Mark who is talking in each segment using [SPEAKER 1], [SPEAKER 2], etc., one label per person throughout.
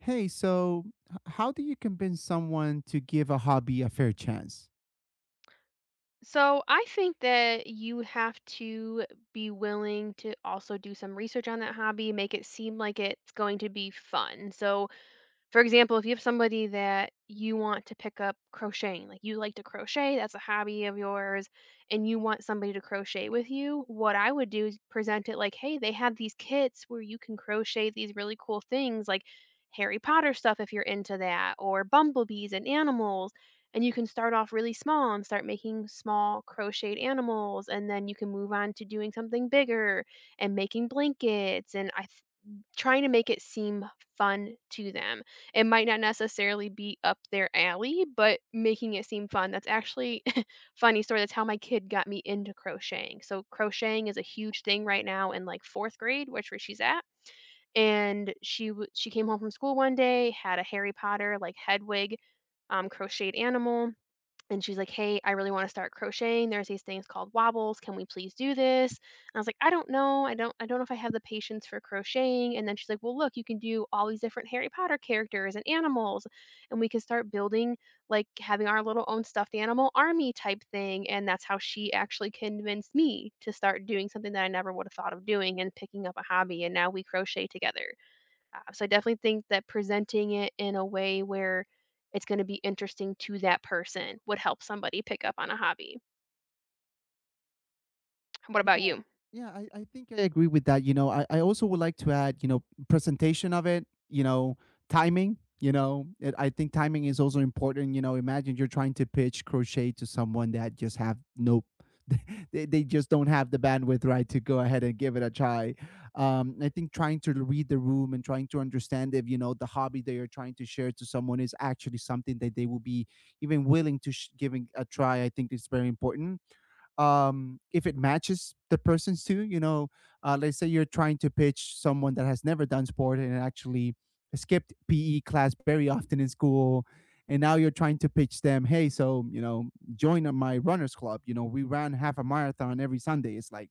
[SPEAKER 1] Hey, so how do you convince someone to give a hobby a fair chance?
[SPEAKER 2] So I think that you have to be willing to also do some research on that hobby, make it seem like it's going to be fun. So for example, if you have somebody that you want to pick up crocheting, like you like to crochet, that's a hobby of yours, and you want somebody to crochet with you, what I would do is present it like, hey, they have these kits where you can crochet these really cool things like Harry Potter stuff if you're into that, or bumblebees and animals. And you can start off really small and start making small crocheted animals, and then you can move on to doing something bigger and making blankets. And I Trying to make it seem fun to them. It might not necessarily be up their alley, but making it seem fun. That's actually, funny story. That's how my kid got me into crocheting. So crocheting is a huge thing right now, in like fourth grade, which where she's at. And she came home from school one day, had a Harry Potter like Hedwig, crocheted animal, and she's like, "Hey, I really want to start crocheting. There's these things called wobbles. Can we please do this?" And I was like, "I don't know. I don't know if I have the patience for crocheting." And then she's like, "Well, look, you can do all these different Harry Potter characters and animals, and we can start building like having our little own stuffed animal army type thing." And that's how she actually convinced me to start doing something that I never would have thought of doing and picking up a hobby, and now we crochet together. So I definitely think that presenting it in a way where it's going to be interesting to that person would help somebody pick up on a hobby. What about you?
[SPEAKER 1] Yeah, I think I agree with that. You know, I also would like to add, you know, presentation of it, you know, timing, I think timing is also important. You know, imagine you're trying to pitch crochet to someone that just have no, they just don't have the bandwidth, right, to go ahead and give it a try. I think trying to read the room and trying to understand if, you know, the hobby that you're trying to share to someone is actually something that they will be even willing to giving a try, I think is very important. Um, if it matches the person's too, you know. Let's say you're trying to pitch someone that has never done sport and actually skipped PE class very often in school, and now you're trying to pitch them, hey, so, you know, join my runners club, you know, we ran half a marathon every Sunday. It's like,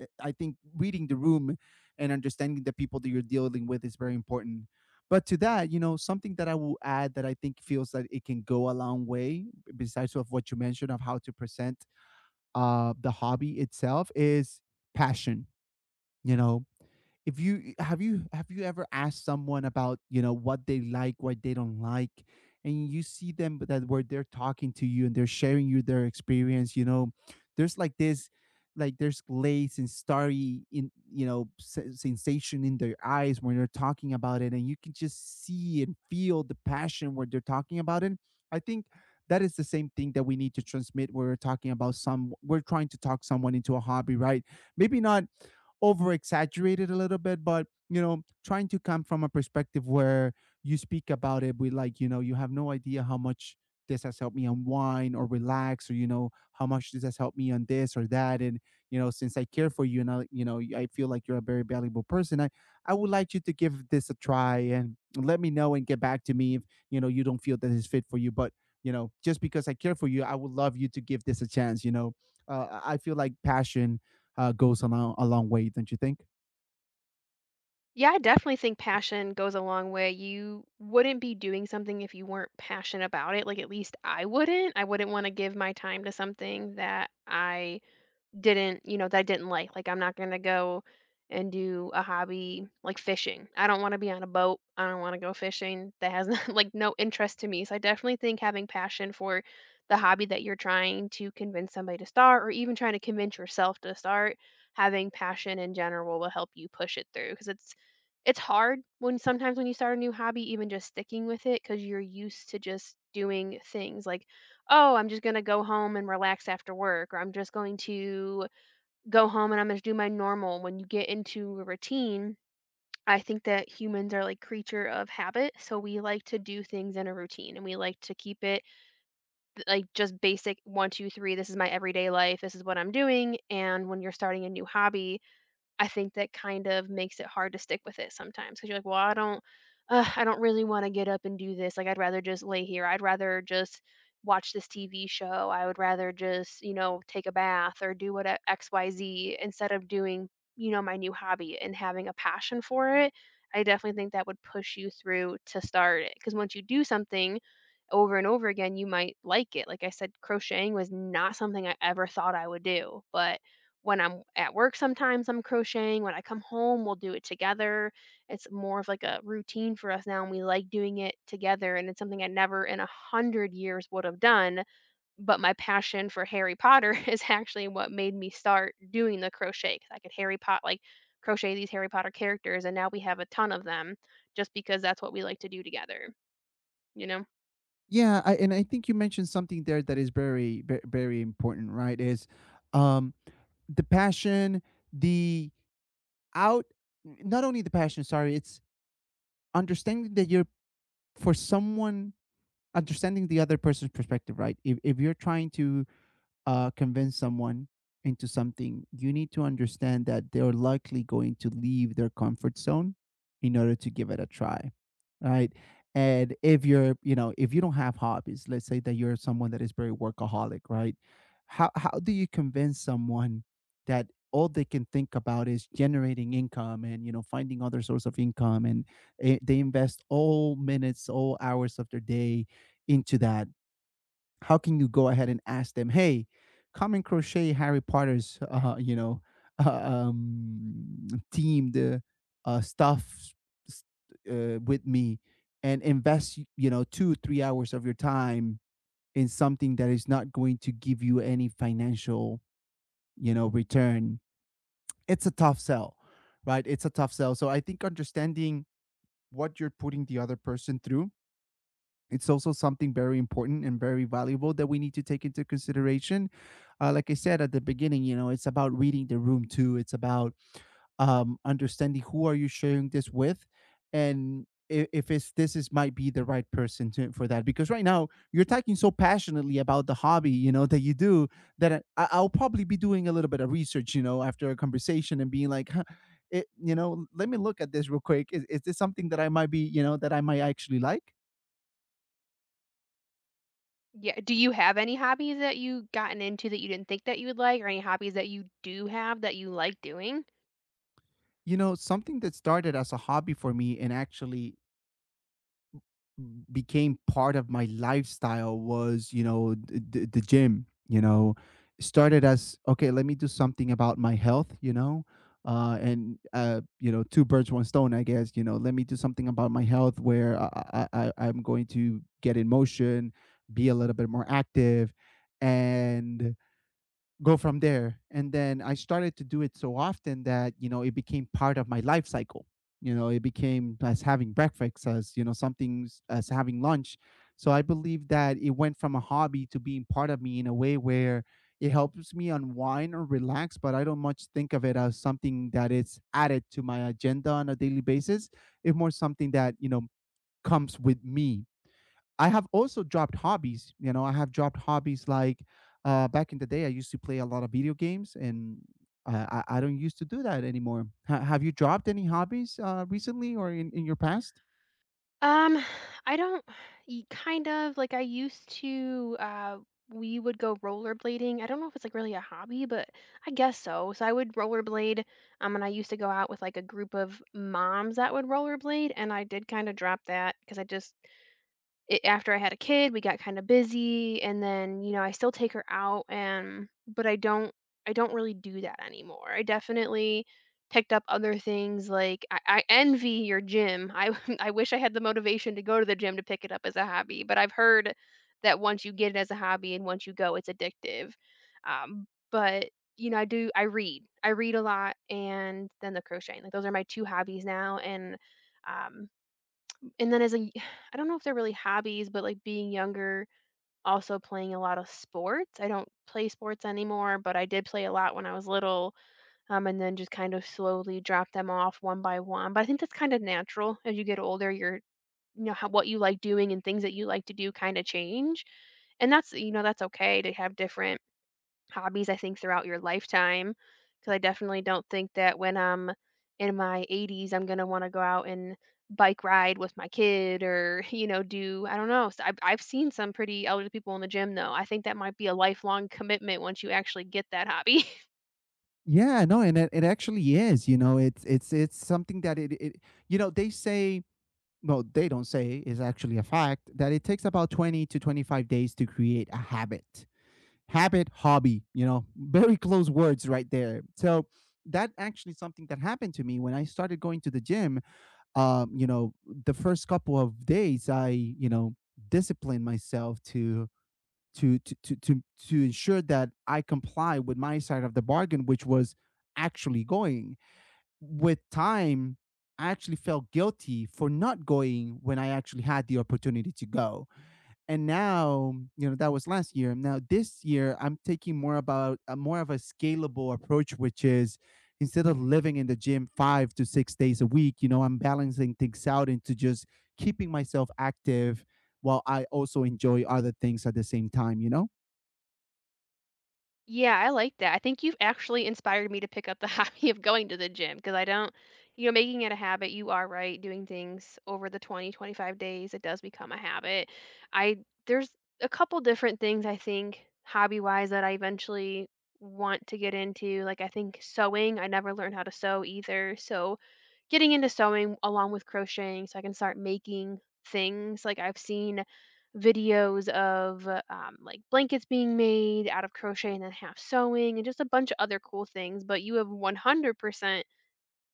[SPEAKER 1] I think reading the room and understanding the people that you're dealing with is very important. But to that, you know, something that I will add that I think feels that it can go a long way, besides of what you mentioned of how to present the hobby itself, is passion. You know, if you have, you have, you ever asked someone about, you know, what they like, what they don't like, and you see them that where they're talking to you and they're sharing you their experience, you know, there's like this, like there's glaze and starry in, you know, sensation in their eyes when they're talking about it, and you can just see and feel the passion where they're talking about it. I think that is the same thing that we need to transmit when we're talking about some, we're trying to talk someone into a hobby, right? Maybe not over exaggerated a little bit, but you know, trying to come from a perspective where you speak about it with, like, you know, you have no idea how much this has helped me unwind or relax, or you know, how much this has helped me on this or that. And you know, since I care for you and I, you know, I feel like you're a very valuable person. I would like you to give this a try and let me know and get back to me if you know you don't feel that it's fit for you. But you know, just because I care for you, I would love you to give this a chance. You know, I feel like passion goes a long way, don't you think?
[SPEAKER 2] Yeah, I definitely think passion goes a long way. You wouldn't be doing something if you weren't passionate about it. Like, at least I wouldn't. I wouldn't want to give my time to something that I didn't like. Like, I'm not gonna go and do a hobby like fishing. I don't wanna be on a boat. I don't wanna go fishing. That has, like, no interest to me. So I definitely think having passion for the hobby that you're trying to convince somebody to start, or even trying to convince yourself to start, having passion in general will help you push it through because it's hard when sometimes when you start a new hobby, even just sticking with it because 'cause you're used to just doing things like, "Oh, I'm just gonna go home and relax after work," or, "I'm just going to go home and I'm gonna do my normal." When you get into a routine, I think that humans are like creature of habit. So we like to do things in a routine and we like to keep it like just basic one, two, three. This is my everyday life. This is what I'm doing. And when you're starting a new hobby, I think that kind of makes it hard to stick with it sometimes because 'cause you're like, "Well, I don't really wanna get up and do this, like, I'd rather just lay here, I'd rather just watch this TV show, I would rather just, you know, take a bath or do what XYZ instead of doing, you know, my new hobby and having a passion for it." I definitely think that would push you through to start it, because once you do something over and over again, you might like it. Like I said, crocheting was not something I ever thought I would do, but when I'm at work sometimes I'm crocheting, when I come home we'll do it together. It's more of like a routine for us now and we like doing it together and it's something I never in a hundred years would have done. But my passion for Harry Potter is actually what made me start doing the crochet, because I could Harry Pot, like, crochet these Harry Potter characters, and now we have a ton of them just because that's what we like to do together, you know?
[SPEAKER 1] Yeah, I, and I think you mentioned something there that is very, very, very important, right? Is um, the passion, the out, not only the passion. Sorry, it's understanding that you're for someone, understanding the other person's perspective, right? If you're trying to convince someone into something, you need to understand that they're likely going to leave their comfort zone in order to give it a try, right? And if you're, you know, if you don't have hobbies, let's say that you're someone that is very workaholic, right? How do you convince someone that all they can think about is generating income and you know finding other source of income, and they invest all minutes, all hours of their day into that. How can you go ahead and ask them, "Hey, come and crochet Harry Potter's, you know, uh, um, themed stuff s- with me, and invest, you know, 2 3 hours of your time in something that is not going to give you any financial, you know, return." It's a tough sell, right? It's a tough sell. So I think understanding what you're putting the other person through, it's also something very important and very valuable that we need to take into consideration. Like I said at the beginning, you know, it's about reading the room too. It's about understanding who are you sharing this with, and if it's, this is might be the right person to, for that. Because right now you're talking so passionately about the hobby, you know, that you do, that I, I'll probably be doing a little bit of research, you know, after a conversation and being like, huh, it, you know, let me look at this real quick. Is this something that I might be, you know, that I might actually like?
[SPEAKER 2] Yeah, do you have any hobbies that you gotten into that you didn't think that you would like, or any hobbies that you do have that you like doing?
[SPEAKER 1] You know, something that started as a hobby for me and actually became part of my lifestyle was, you know, gym. You know, started as, okay, let me do something about my health. You know, and you know, two birds, one stone. I guess, you know, let me do something about my health where I, I'm going to get in motion, be a little bit more active, and go from there. And then I started to do it so often that, you know, it became part of my life cycle. You know, it became as having breakfast, as, you know, something, as having lunch. So I believe that it went from a hobby to being part of me in a way where it helps me unwind or relax, but I don't much think of it as something that is added to my agenda on a daily basis. It's more something that, you know, comes with me. I have also dropped hobbies. You know, I have dropped hobbies, like back in the day, I used to play a lot of video games, and I, I don't used to do that anymore. Have you dropped any hobbies recently or in your past?
[SPEAKER 2] Um, I don't, y kind of, like, I used to, we would go rollerblading. I don't know if it's, like, really a hobby, but I guess so. So I would rollerblade, and I used to go out with, like, a group of moms that would rollerblade, and I did kinda drop that because I after I had a kid, we got kinda busy, and then, you know, I still take her out and but I don't really do that anymore. I definitely picked up other things, like, I envy your gym. I I wish I had the motivation to go to the gym to pick it up as a hobby, but I've heard that once you get it as a hobby and once you go, it's addictive. Um, but, you know, I do I read. I read a lot, and then the crocheting, like, those are my two hobbies now, um and then as a y I don't know if they're really hobbies, but, like, being younger, also playing a lot of sports. I don't play sports anymore, but I did play a lot when I was little, and then just kind of slowly drop them off one by one. But I think that's kind of natural. As you get older, your, you know, how what you like doing and things that you like to do kinda change. And that's, you know, that's okay to have different hobbies, I think, throughout your lifetime, because I definitely don't think that when I'm in my 80s, I'm gonna wanna go out and bike ride with my kid, or, you know, do, I don't know. So I have I've seen some pretty elderly people in the gym, though. I think that might be a lifelong commitment once you actually get that hobby.
[SPEAKER 1] Yeah, no, and it actually is. You know, it's something that it, you know they say, well, they don't say, is actually a fact that it takes about 20 to 25 days to create a habit. Habit, hobby, you know, very close words right there. So that actually something that happened to me when I started going to the gym. You know, the first couple of days, I, you know, disciplined myself to to to to, to ensure that I comply with my side of the bargain, which was actually going. With time, I actually felt guilty for not going when I actually had the opportunity to go. And now, you know, that was last year. Now this year, I'm taking more about, more of a scalable approach, which is, instead of living in the gym 5 to 6 days a week, you know, I'm balancing things out into just keeping myself active while I also enjoy other things at the same time, you know?
[SPEAKER 2] Yeah, I like that. I think you've actually inspired me to pick up the, hobby of going to the gym, because I don't, you know, making it a habit, you are right, doing things over the 20, 25 days, it does become a habit. I, there's a couple different things I think hobby wise that I eventually want to get into. Like, I think sewing, I never learned how to sew either. So, getting into sewing along with crocheting so I can start making things. Like I've seen videos of like blankets being made out of crochet and then half sewing and just a bunch of other cool things. But you have 100%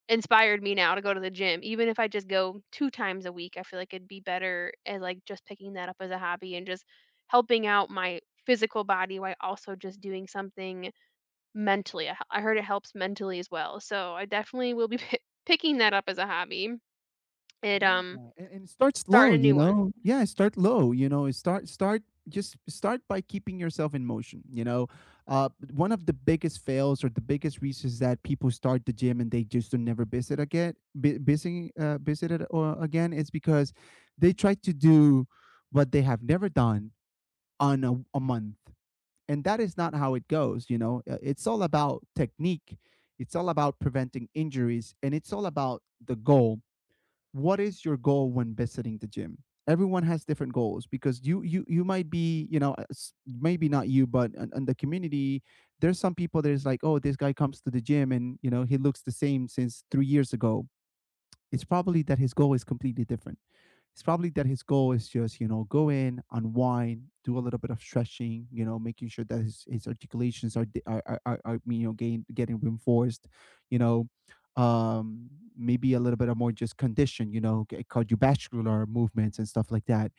[SPEAKER 2] inspired me now to go to the gym. Even if I just go 2 times a week, I feel like it'd be better at like just picking that up as a hobby and just helping out my physical body while also just doing something mentally. I heard it helps mentally as well. So I definitely will be picking that up as a hobby. It,
[SPEAKER 1] Yeah,
[SPEAKER 2] um
[SPEAKER 1] and start slow,
[SPEAKER 2] Starting a
[SPEAKER 1] you
[SPEAKER 2] new one.
[SPEAKER 1] know? Yeah, start low, you know? Start start Just start by keeping yourself in motion, you know? Uh, One of the biggest fails or the biggest reasons that people start the gym and they just don't never visit again, visit it or again, is because they try to do what they have never done on a month. And that is not how it goes, you know? It's all about technique. It's all about preventing injuries, and it's all about the goal. What is your goal when visiting the gym? Everyone has different goals, because you might be, you know, maybe not you, but in the community, there's some people that is like, oh, this guy comes to the gym and, you know, he looks the same since 3 years ago. It's probably that his goal is completely different. It's probably that his goal is just, you know, go in, unwind, do a little bit of stretching, you know, making sure that his articulations are, you know, getting reinforced, you know. um Maybe a little bit of more just condition, you know, cardiovascular movements and stuff like that,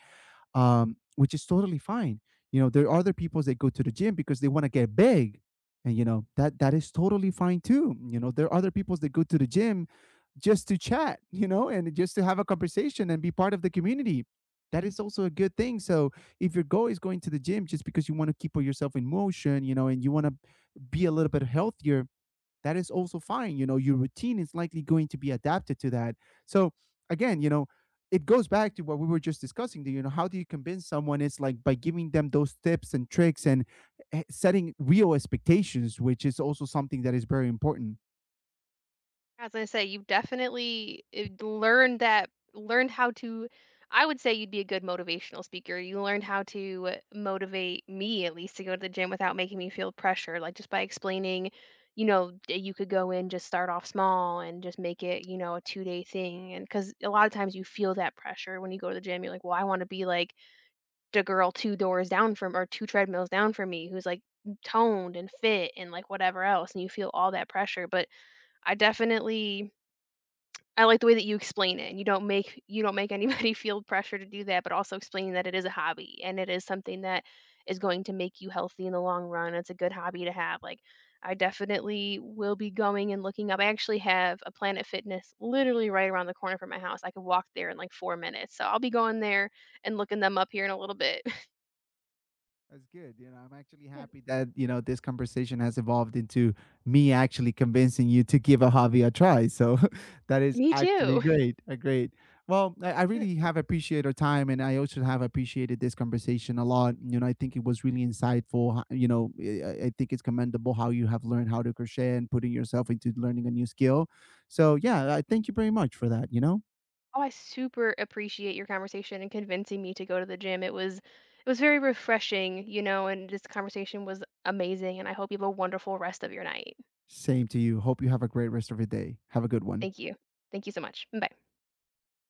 [SPEAKER 1] which is totally fine. You know, there are other people that go to the gym because they want to get big, and you know that is totally fine too. You know, there are other people that go to the gym just to chat, you know, and just to have a conversation and be part of the community. That is also a good thing. So if your goal is going to the gym just because you want to keep yourself in motion, you know, and you want to be a little bit healthier, that is also fine. You know, your routine is likely going to be adapted to that. So again, you know, it goes back to what we were just discussing. You know, how do you convince someone? It's like by giving them those tips and tricks, and setting real expectations, which is also something that is very important.
[SPEAKER 2] As I say, you've definitely, learned that, learned how to, I would say you'd be a good motivational speaker. You learned how to motivate me, at least, to go to the gym without making me feel pressure, like, just by explaining, you know, that you could go in, just start off small and just make it, you know, a 2-day thing. And because a lot of times you feel that pressure when you go to the gym, you're like, "Well, I wanna be like the girl two doors down from, or two treadmills down from me, who's like toned and fit and like whatever else," and you feel all that pressure. But i definitely I like the way that you explain it, and you don't make anybody feel pressure to do that, but also explaining that it is a hobby and it is something that is going to make you healthy in the long run. It's a good hobby to have. Like, I definitely will be going and looking up, I actually have a Planet Fitness literally right around the corner from my house, I could walk there in like 4 minutes, so I'll be going there and looking them up here in a little bit.
[SPEAKER 1] That's good. You know, I'm actually happy that, you know, this conversation has evolved into me actually convincing you to give a hobby a try. So that is
[SPEAKER 2] Me
[SPEAKER 1] actually
[SPEAKER 2] too.
[SPEAKER 1] great. A great. Well, I
[SPEAKER 2] Good.
[SPEAKER 1] really have appreciated our time, and I also have appreciated this conversation a lot. You know, I think it was really insightful. You know, I, I think it's commendable how you have learned how to crochet and putting yourself into learning a new skill. So yeah, I thank you very much for that, you know?
[SPEAKER 2] Oh, I super appreciate your conversation and convincing me to go to the gym. It was very refreshing, you know, and this conversation was amazing, and I hope you have a wonderful rest of your night.
[SPEAKER 1] Same to you. Hope you have a great rest of your day. Have a good one.
[SPEAKER 2] Thank you. Thank you so much. Bye.